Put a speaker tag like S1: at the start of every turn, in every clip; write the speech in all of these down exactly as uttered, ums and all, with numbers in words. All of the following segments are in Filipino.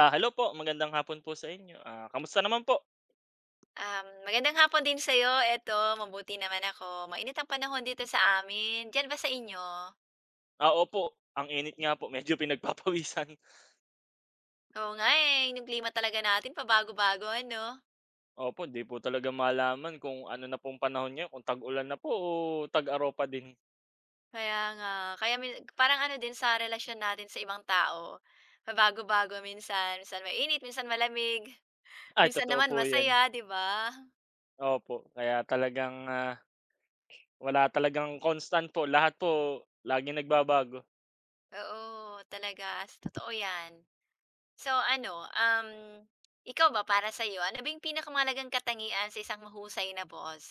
S1: Ah, hello po, magandang hapon po sa inyo. Ah, kamusta naman po?
S2: Um, magandang hapon din sa'yo. Eto, mabuti naman ako. Mainit ang panahon dito sa amin. Diyan ba sa inyo?
S1: Ah, opo, ang init nga po, medyo pinagpapawisan.
S2: Oo nga eh, yung klima talaga natin pabago-bago ano.
S1: Opo, hindi po talaga malaman kung ano na pong panahon ngayon, kung tag-ulan na po o tag-aropa din.
S2: Kaya nga, kaya min- parang ano din sa relasyon natin sa ibang tao. Pabago-bago minsan, minsan mainit, minsan malamig,
S1: Ay,
S2: minsan
S1: totoo
S2: naman
S1: po yan.
S2: masaya, 'di ba?
S1: Opo, kaya talagang ah, wala talagang constant po. Lahat po, lagi nagbabago.
S2: Oo, talaga, s- totoo 'yan. So ano, um ikaw ba para sa ano ba yung pinakamalagang katangian sa isang mahusay na boss?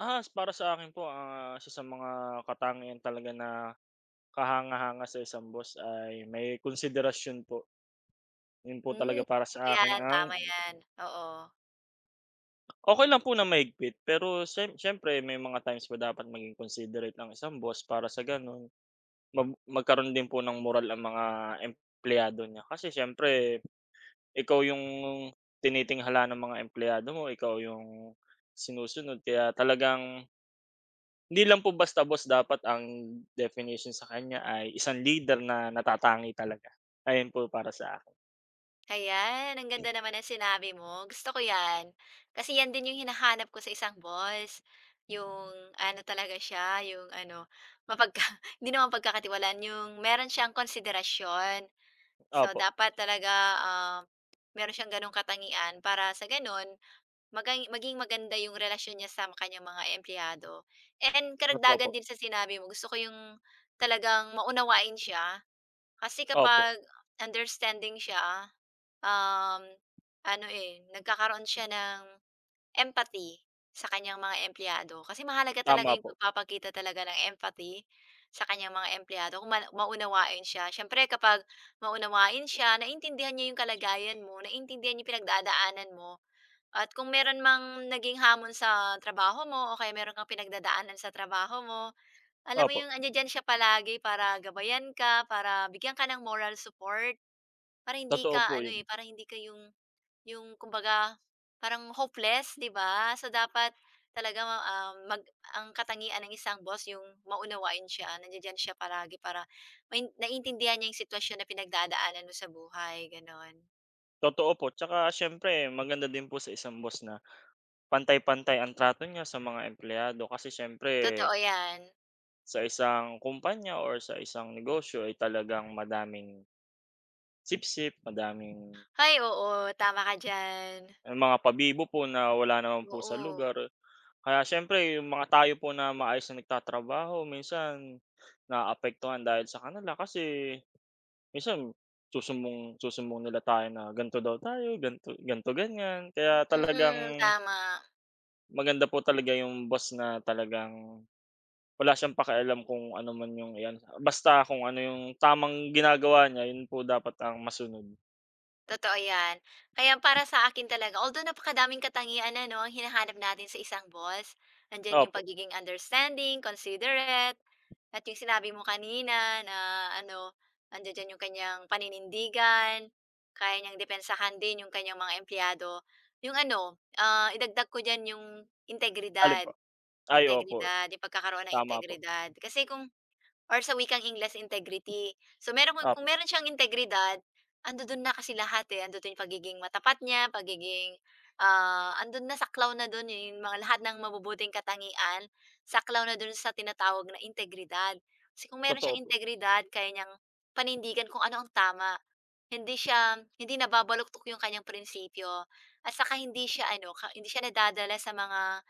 S1: Ah, s- para sa akin po, ah, isa sa mga katangian talaga na kahanga-hanga sa isang boss ay may konsiderasyon po. Yun po talaga
S2: Hmm,
S1: para
S2: gusto ko
S1: sa akin
S2: yan,
S1: ang
S2: tama yan, oo.
S1: okey lang po na mahigpit, pero siyem siyempre may mga times pa dapat maging considerate ang isang boss para sa gano'n mag magkaroon din po ng moral ang mga empleyado niya. Kasi siyempre ikaw yung tinitinghala ng mga empleyado mo, ikaw yung sinusunod, kaya talagang hindi lang po basta boss dapat ang definition sa kanya ay isang leader na natatangi talaga. Ayun po para sa akin.
S2: Ayan, ang ganda naman ng sinabi mo, gusto ko yan. Kasi yan din yung hinahanap ko sa isang boss, yung ano talaga siya, yung ano, mapagka hindi naman pagkakatiwalaan, yung meron siyang konsiderasyon. So,
S1: Opo,
S2: dapat talaga, ah, meron siyang gano'ng katangian para sa gano'n, magang maging maganda yung relasyon niya sa kanyang mga empleyado. And
S1: totoo po.
S2: karagdagan din sa sinabi mo, gusto ko yung talagang maunawain siya. Kasi
S1: Opo,
S2: kapag understanding siya, um, ano, eh, nagkakaroon siya ng empathy sa kanyang mga empleyado. Kasi mahalaga talaga
S1: tama
S2: yung
S1: po.
S2: pagpapakita talaga ng empathy sa kanyang mga empleyado kung ma maunawain siya. Siyempre kapag maunawain siya, naintindihan niya yung kalagayan mo, naintindihan niya yung pinagdadaanan mo, at kung meron mang naging hamon sa trabaho mo o kaya meron kang pinagdadaanan sa trabaho mo, alam mo
S1: Opo,
S2: yung andiya-diyan siya palagi para gabayan ka, para bigyan ka ng moral support, para hindi
S1: totoo
S2: ka
S1: po
S2: ano,
S1: yun.
S2: eh, para hindi ka yung yung kumbaga parang hopeless, 'di ba? So dapat talaga ma ah, mag ang katangian ng isang boss yung maunawain siya, nandiya siya palagi para main naiintindihan niya yung sitwasyon na pinagdadaanan mo sa buhay, gano'n.
S1: Totoo po, tsaka siyempre maganda din po sa isang boss na pantay-pantay ang trato niya sa mga empleyado, kasi siyempre
S2: Totoo 'yan.
S1: sa isang kumpanya or sa isang negosyo ay talagang madaming sipsip, madaming
S2: Ay oo, tama ka diyan.
S1: eh, mga pabibo po na wala naman po sa
S2: Oo.
S1: lugar. Kaya siyempre yung mga tayo po na maayos na nagtatrabaho minsan naaapektuhan dahil sa kanila, kasi minsan susumbong susumbong nila tayo na ganito daw tayo, ganito ganito, ganyan. Kaya talagang
S2: Mm, tama.
S1: maganda po talaga yung boss na talagang wala siyang pakialam kung ano man yung iyan, basta kung ano yung tamang ginagawa niya yun po dapat ang masunod.
S2: Totoo 'yan. Kaya para sa akin talaga although napakadaming katangian na 'no, ang hinahanap natin sa isang boss. Nandiyan yung
S1: Opo,
S2: pagiging understanding, considerate, at yung sinabi mo kanina na ano, nandiya diyan yung kanyang paninindigan, kaya niyang depensahan din yung kanyang mga empleyado. Yung ano, ah, idagdag ko diyan yung
S1: alin po?
S2: integridad,
S1: Ay opo,
S2: integridad, yung pagkakaroon ng
S1: tama po.
S2: integridad. Kasi kung. Or sa wikang Ingles, integrity. So meron kung kung
S1: Opo,
S2: meron siyang integridad, ando dun na kasi lahat, eh, andodo'n yung pagiging matapat niya, pagiging, ah, ando'n na, saklaw na do'n yung mga lahat ng mabubuting katangian, saklaw na do'n sa tinatawag na integridad. Kasi kung meron
S1: totoo
S2: siyang
S1: po.
S2: integridad, kaya niyang panindigan kung ano ang tama. Hindi siya hindi nababaluktok yung kanyang prinsipyo at saka hindi siya ano, ka hindi siya nadadala sa mga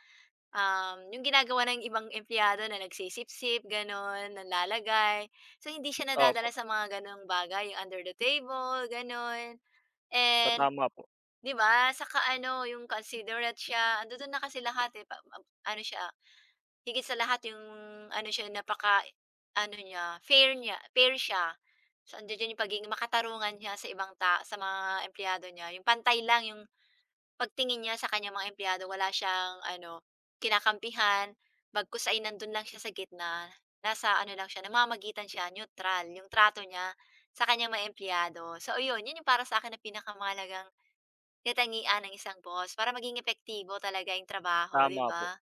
S2: Um, yung ginagawa ng ibang empleyado na nagse-sip-sip gano'n, nanlalagay. So, hindi siya
S1: Opo,
S2: nadadala sa mga gano'ng bagay, yung under the table, gano'n.
S1: ta
S2: And,
S1: tama po,
S2: 'di ba, saka ano, yung considerate siya, andodo'n na kasi lahat, eh, pa ap ano siya, higit sa lahat yung ano siya, napaka-ano niya, fair niya fair siya. So, andiya diyan yung pagiging makatarungan niya sa ibang ta sa mga empleyado niya, yung pantay lang yung pagtingin niya sa kanyang mga empleyado, wala siyang ano, kinakampihan, bagkus ay nandun lang siya sa gitna. Nasa ano lang siya, namamagitan siya, neutral yung trato niya sa kanyang mga empleyado. So yun yun yung para sa akin na pinakamahalagang katangian ng isang boss para maging epektibo talaga yung trabaho, 'di
S1: tama po,
S2: ba?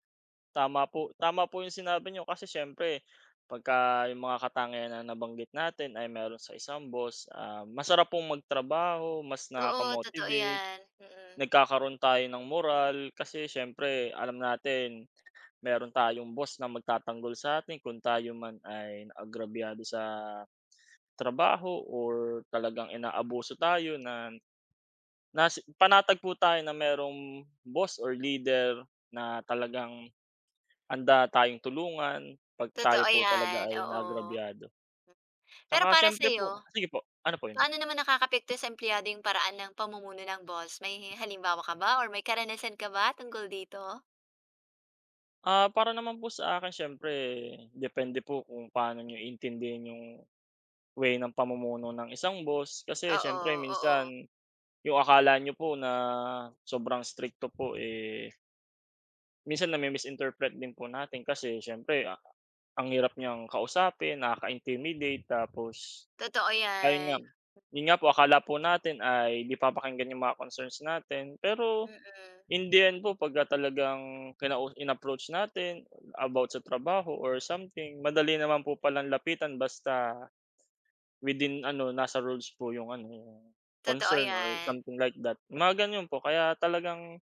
S1: tama po, tama po yung sinabi niyo, kasi siyempre pagka yung mga katangian na nabanggit natin ay meron sa isang boss, ah, masarap pong magtrabaho, mas
S2: Oo, totoo
S1: nakaka-motivate,
S2: 'yan, mm.
S1: nagkakaroon tayo ng moral kasi siyempre alam natin meron tayong boss na magtatanggol sa atin kung tayo man ay naagrabyado sa trabaho or talagang inaabuso tayo, na nas panatag po tayo na merong boss or leader na talagang anda tayong tulungan 'pag tayo
S2: Totoo
S1: po talaga
S2: 'yan,
S1: ay
S2: oo.
S1: naagrabyado.
S2: Pero
S1: Tsaka
S2: para
S1: siyempre po,
S2: sa'yo,
S1: sige po, ano po 'yun?
S2: paano naman nakakaapekto sa empleyado yung paraan ng pamumuno ng boss? May halimbawa ka ba or may karanasan ka ba tungkol dito?
S1: Ah, para naman po sa akin siyempre depende po kung paano niyo iintindihin yung way ng pamumuno ng isang boss, kasi
S2: Oo,
S1: siyempre
S2: oo.
S1: minsan yung akala niyo po na sobrang strikto po, eh, minsan nami-misinterpret din po natin, kasi siyempre, ah, ang hirap niyang kausapin, nakaka-intimidate, tapos
S2: Totoo
S1: ayun
S2: 'yan,
S1: nga, yun nga po akala po natin ay 'di papakinggan yung mga concerns natin. Pero
S2: mm.
S1: in the end po pagka talagang kinau in-approach natin about sa trabaho or something, madali naman po palang lapitan basta within ano, nasa rules po yung ano, yung
S2: Totoo
S1: concern or
S2: 'yan.
S1: something like that. Mga ganun po, kaya talagang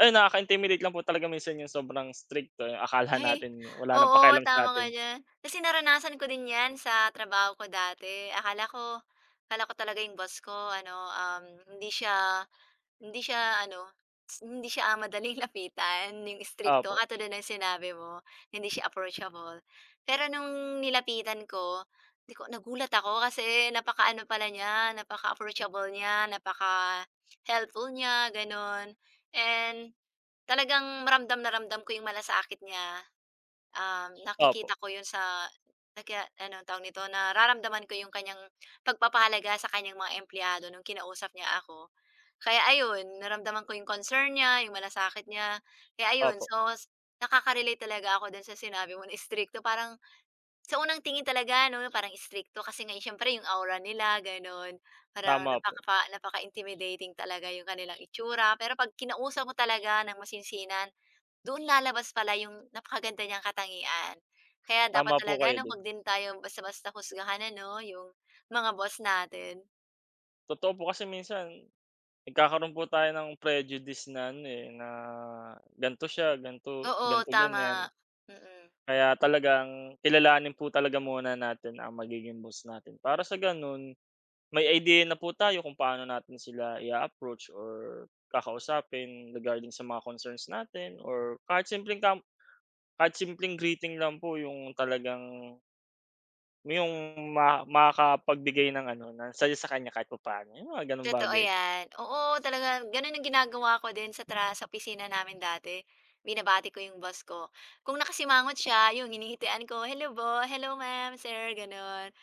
S1: ayun, nakaka-intimidate lang po talaga minsan yung sobrang strict, yung akala
S2: Ay,
S1: natin wala ng
S2: oo,
S1: pakialam
S2: tama ka
S1: sa'tin.
S2: diyan. Kasi naranasan ko din 'yan sa trabaho ko dati. Akala ko akala ko talaga yung boss ko ano, um, hindi siya Hindi siya ano, s- hindi siya ah, madaling lapitan, yung stricto
S1: Opo,
S2: katulad ng sinabi mo, hindi siya approachable. Pero nung nilapitan ko, 'di ko nagulat ako kasi napakaano pala niya, napaka-approachable niya, napaka-helpful niya, gano'n. And talagang ramdam na ramdam ko yung malasakit niya, um,
S1: opo,
S2: nakikita ko yun sa nagka ano tawag nito, nararamdaman ko yung kanyang pagpapahalaga sa kanyang mga empleyado nung kinausap niya ako. Kaya ayun, naramdaman ko yung concern niya, yung malasakit niya, kaya ayun.
S1: opo,
S2: So, s- nakaka-relate talaga ako dun sa sinabi mo na istrikto, parang sa unang tingin talaga 'no, parang istrikto kasi ngayon siyempre yung aura nila gano'n, parang
S1: Tama po.
S2: napaka napaka-intimidating talaga yung kanilang itsura. Pero 'pag kinausap mo talaga ng masinsinan, doon lalabas pala yung napakaganda niyang katangian. Kaya dapat
S1: Tama po
S2: talaga
S1: kayo
S2: 'no,
S1: dun.
S2: 'wag din tayo basta-basta husgahan ano, yung mga boss natin.
S1: Totoo po kasi minsan nagkakaroon po tayo ng prejudice na ano, eh, na gan'to siya, gan'to
S2: Oo,
S1: gan'to
S2: tama.
S1: ganyan.
S2: Mm.
S1: Kaya talagang kilalanin po talaga muna natin ang magiging boss natin para sa ganun may idea na po tayo kung paano natin sila i approach or kakausapin regarding sa mga concerns natin, or kahit simpleng kam kahit simpleng greeting lang po yung talagang yung ma makakapagbigay ng ano, ng saya sa kanya kahit papaano, yung mga gano'ng
S2: Totoo
S1: bagay po.
S2: yan. Oo, talaga gano'n ang ginagawa ko din sa tra sa opisina namin dati. Binabati ko yung boss ko. Kung nakasimangot siya, yung hinihitian ko, "Hello bo hello ma'am, sir," gano'n.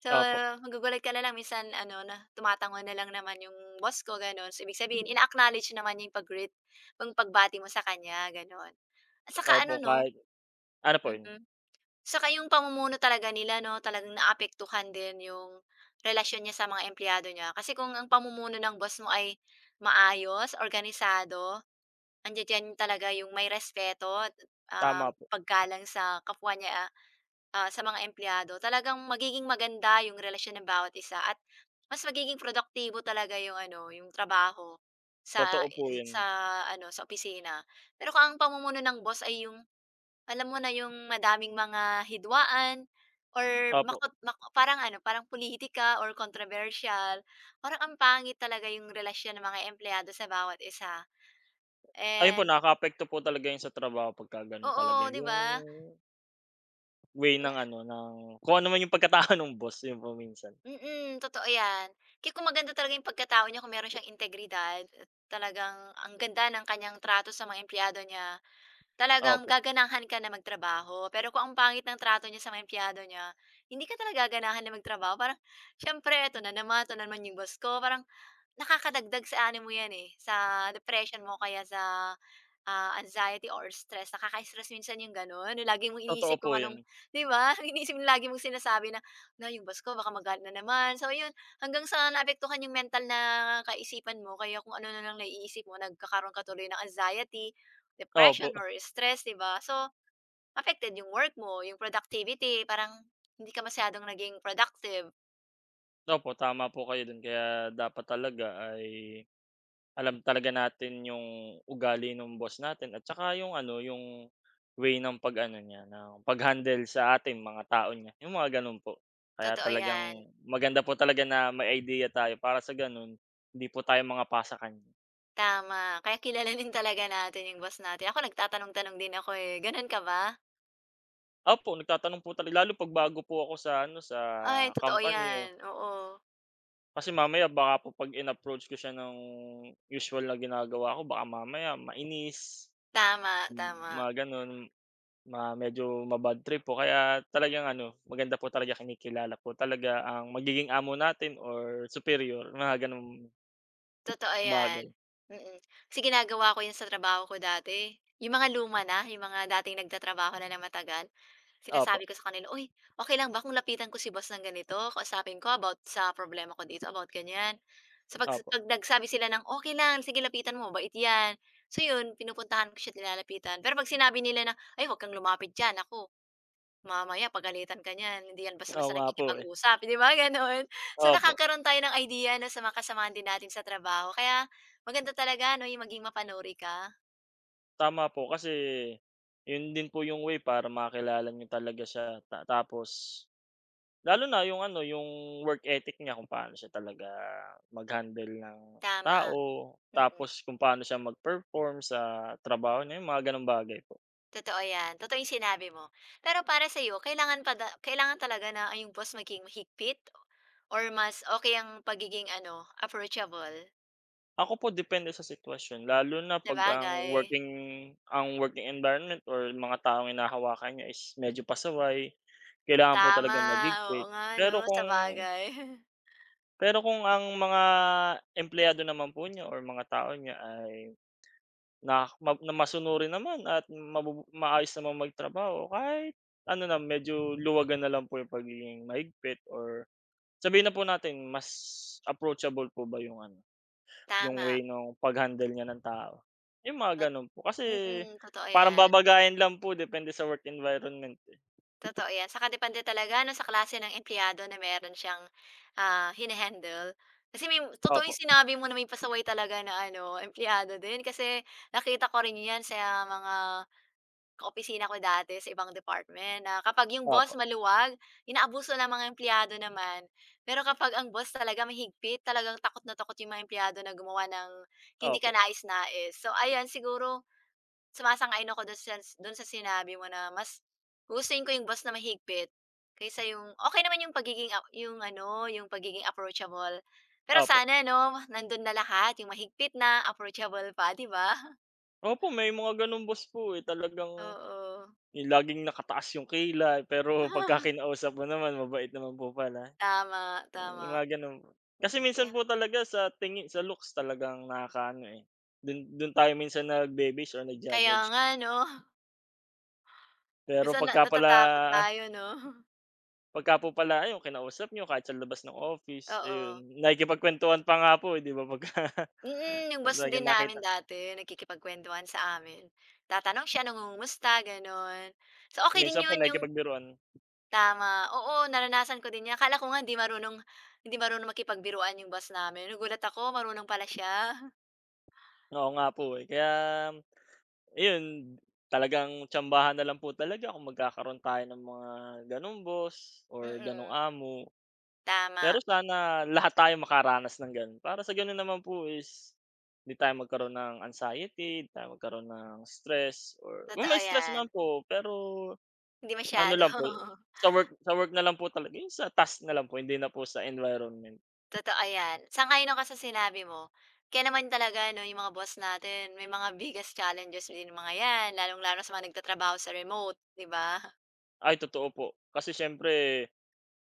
S2: So,
S1: Opo,
S2: magugulat ka na lang minsan ano na tumatango na lang naman yung boss ko, gano'n. So, ibig sabihin ina-acknowledge naman niya yung pag-greet, yung pagbati mo sa kanya, gano'n. At saka
S1: Opo,
S2: ano 'no,
S1: kahit ano po yun,
S2: mhm. Saka yung pamumuno talaga nila 'no, talagang naapektuhan din yung relasyon niya sa mga empleyado niya. Kasi kung ang pamumuno ng boss mo ay maayos, organisado, andiya-diyan talaga yung may respeto at, ah,
S1: tama po,
S2: paggalang sa kapwa niya, ah, sa mga empleyado, talagang magiging maganda yung relasyon ng bawat isa at mas magiging produktibo talaga yung ano, yung trabaho sa
S1: totoo po yun.
S2: sa ano, sa opisina. Pero kung ang pamumuno ng boss ay yung, alam mo na yung madaming mga hidwaan Mm. or
S1: Opo,
S2: makot mak parang ano, parang politika or controversial, parang ang pangit talaga yung relasyon ng mga empleyado sa bawat isa.
S1: ayun po,
S2: And
S1: nakakaapekto po talaga yun sa trabaho pagka gano'n talaga
S2: oo, 'di
S1: yung
S2: ba?
S1: way ng
S2: Na
S1: ano, ng kung ano man yung pagkatao ng boss, yun po minsan.
S2: mm, totoo 'yan. Kaya kung maganda talaga yung pagkatao niya, kung meron siyang integridad, talagang ang ganda ng kanyang trato sa mga empleyado niya. Talagang
S1: Opo,
S2: gaganahan ka na magtrabaho, pero kung ang pangit ng trato niya sa mga empleyado niya, hindi ka talaga gaganahan na magtrabaho. Parang, siyempre, ito na naman, eto na naman yung boss ko. Parang nakakadagdag sa ano mo yan eh, sa depression mo kaya sa ah, anxiety or stress, nakaka-stress minsan yung gano'n, yung lagi mong
S1: totoo
S2: iniisip
S1: po
S2: kung
S1: yun.
S2: anong 'di ba, iniisip mo lagi mong sinasabi na, na yung boss ko baka magalit na naman." So yun, hanggang sa naapektuhan yung mental na kaisipan mo kaya kung ano na lang naiisip mo nagkakaroon ka tuloy ng anxiety, depression
S1: Opo,
S2: or stress, 'di ba? So, affected yung work mo, yung productivity, parang hindi ka masyadong naging productive.
S1: Opo, tama po kayo dun, kaya dapat talaga ay alam talaga natin yung ugali nung boss natin, at saka yung ano, yung way ng pag-ano niya, ng pag-handle sa ating mga tao niya, yung mga ganun po. Kaya
S2: Totoo
S1: talagang
S2: 'yan,
S1: maganda po talaga na may idea tayo para sa ganun hindi po tayo mangapasa-kanya.
S2: tama. Kaya kilalanin talaga natin yung boss natin. Ako nagtatanong-tanong din ako, eh, gano'n ka ba?
S1: Opo, nagtatanong po talaga lalo 'pag bago po ako sa ano, sa
S2: Ay, totoo
S1: company
S2: yan,
S1: o
S2: oo.
S1: kasi mamaya baka po 'pag in-approach ko siya ng usual na ginagawa ko baka mamaya mainis.
S2: Tama,
S1: Hmm,
S2: tama.
S1: mga gano'n, ma medyo ma-bad trip po, kaya talagang ano, maganda po talaga, kinikilala po talaga ang magiging amo natin or superior, mga gano'ng
S2: Totoo 'yan,
S1: bagay.
S2: mm. Kasi ginagawa ko 'yun sa trabaho ko dati, yung mga luma na, yung mga dating nagtatrabaho na ng matagal,
S1: Opo,
S2: sinasabi ko sa kanila, "Uy, okey lang ba kung lapitan ko si boss ng ganito, kausapin ko about sa problema ko dito, about ganyan." So, 'pag sa
S1: Opo.
S2: 'pag nagsabi sila ng, okay lang, sige lapitan mo, mabait 'yan." So 'yun, pinupuntahan ko siya at nilalapitan. Pero 'pag sinabi nila na, "Ay, huwag kang lumapit diyan, ako mamaya pagalitan ka niyan, hindi 'yan
S1: Oo
S2: basta-basta
S1: nga po, eh.
S2: nakikipag-usap." 'Di ba, gano'n? So,
S1: Opo,
S2: nakakaroon tayo ng idea 'no, sa mga kasamahan din natin sa trabaho kaya maganda talaga 'no, yung maging mapanuri ka.
S1: tama po, kasi 'yun din po yung way para makilala niyo talaga siya, ta tapos lalo na yung ano, yung work ethic niya, kung paano siya talaga mag-handle ng
S2: Tama,
S1: tao,
S2: mm.
S1: tapos kung paano siya mag-perform sa trabaho niya, yung mga gano'ng bagay.
S2: Totoo 'yan, totoo yung sinabi mo. Pero para sa sa'yo kailangan pa da kailangan talaga na ay, yung boss maging mahigpit or mas okay ang pagiging ano, approachable?
S1: Ako po depende sa sitwasyon, lalo na 'pag ang
S2: Sabagay,
S1: working ang working environment or mga taong hinahawakan niya is medyo pasaway, kailangan po
S2: tama,
S1: talagang
S2: oo
S1: magigpit.
S2: nga 'no,
S1: Pero
S2: sa
S1: kung
S2: bagay.
S1: Pero kung ang mga empleyado naman po niya or mga tao niya ay na ma na masunurin naman at mabubu maayos namang magtrabaho, kahit ano na medyo luwagan na lang po yung pagiging mahigpit, or sabihin na po natin mas approachable po ba yung ano, yung
S2: Tama,
S1: way nung pag-handle niya ng tao, yung mga
S2: tot
S1: gano'n po. Kasi
S2: mm, totoo
S1: parang
S2: 'yan.
S1: babagayan lang po depende sa work environment, eh.
S2: Totoo 'yan, saka depende talaga ano sa klase ng empleyado na meron siyang. Ah, hine Kasi may totoo yung
S1: Opo,
S2: sinabi mo na may pasaway talaga na ano, empleyado din kasi nakita ko rin 'yan sa mga kaopisina ko dati sa ibang department na kapag yung boss
S1: opo,
S2: maluwag, inaabuso ng mga empleyado naman. Pero kapag ang boss talaga mahigpit, talagang takot na takot yung mga empleyado na gumawa ng hindi
S1: opo,
S2: kanais-nais. So, ayan siguro. Sumasang-ayon ako dun sa dun sa sinabi mo na mas huhusayin ko yung boss na mahigpit kaysa yung okay naman yung pagiging a yung ano, yung pagiging approachable. Pero
S1: Opo.
S2: sana 'no, nandun na lahat yung mahigpit na, approachable pa, 'di ba?
S1: Opo, may mga gano'ng boss po, eh, talagang
S2: Oo.
S1: yung laging nakataas yung kilay, pero pagka kinausap mo naman mabait naman po pala,
S2: Tama,
S1: yung
S2: tama.
S1: mga gano'n po. Kasi
S2: Mm,
S1: minsan
S2: kaya
S1: po talaga sa tingin, sa looks talagang nakakaano, eh, dun dun tayo minsan nagbe-base or
S2: kaya
S1: nagja-judge.
S2: nga 'no,
S1: Pero
S2: minsan na
S1: pagka pala
S2: natatakot tayo 'no?
S1: Pagka po pala ayun kinausap niyo kahit sa labas ng office, ayun
S2: Oo.
S1: nakikipagkuwentuhan pa nga po, eh, 'di ba pagka
S2: Mm, yung boss
S1: talagang
S2: din
S1: nakita
S2: namin dati nagkikipagkwentuhan sa amin. Tatanong siya, nangungumusta, gano'n. So, okay din
S1: minsan po
S2: yun yung.
S1: nakikipagbiruan.
S2: Tama, oo naranasan ko din 'yan. Akala ko nga hindi marunong hindi marunong makipagbiruan yung boss namin, nagulat ako marunong pala siya.
S1: Oo nga po, eh, kaya ayun talagang tsambahan na lang po talaga kung magkakaroon tayo ng mga gano'ng boss or gano'ng
S2: Mm,
S1: amo. Pero
S2: tama,
S1: sana lahat tayo makaranas ng gano'n, para sa gano'n naman po is hindi tayo magkaroon ng anxiety, 'di tayo magkaroon ng stress, or kung
S2: totoo
S1: may stress
S2: 'yan.
S1: man po pero
S2: Hindi
S1: ano
S2: masyado,
S1: lang po, sa work sa work na lang po talaga, yung sa task na lang po, hindi na po sa environment.
S2: totoo 'yan. Sang-ayon ako sa sinabi mo. Kaya naman talaga 'no, yung mga boss natin may mga biggest challenges din mga 'yan, lalong-lalo sa mga nagtatrabaho sa remote, 'di ba?
S1: Ay totoo po, kasi siyempre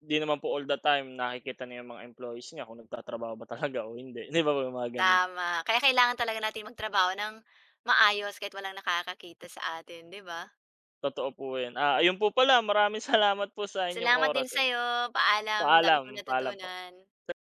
S1: di naman po all the time nakikita na yung mga employees niya kung nagtatrabaho ba talaga o hindi, 'di ba po yung mga gano'n?
S2: Tama, kaya kailangan talaga natin magtrabaho ng maayos kahit walang nakakakita sa atin, 'di ba?
S1: Totoo po 'yan. Ah, ayun po pala, maraming salamat po sa inyong
S2: Salamat din
S1: oras, ah.
S2: sa'yo, paalam, ang dami kong
S1: Paalam, paalam po.
S2: natutunan.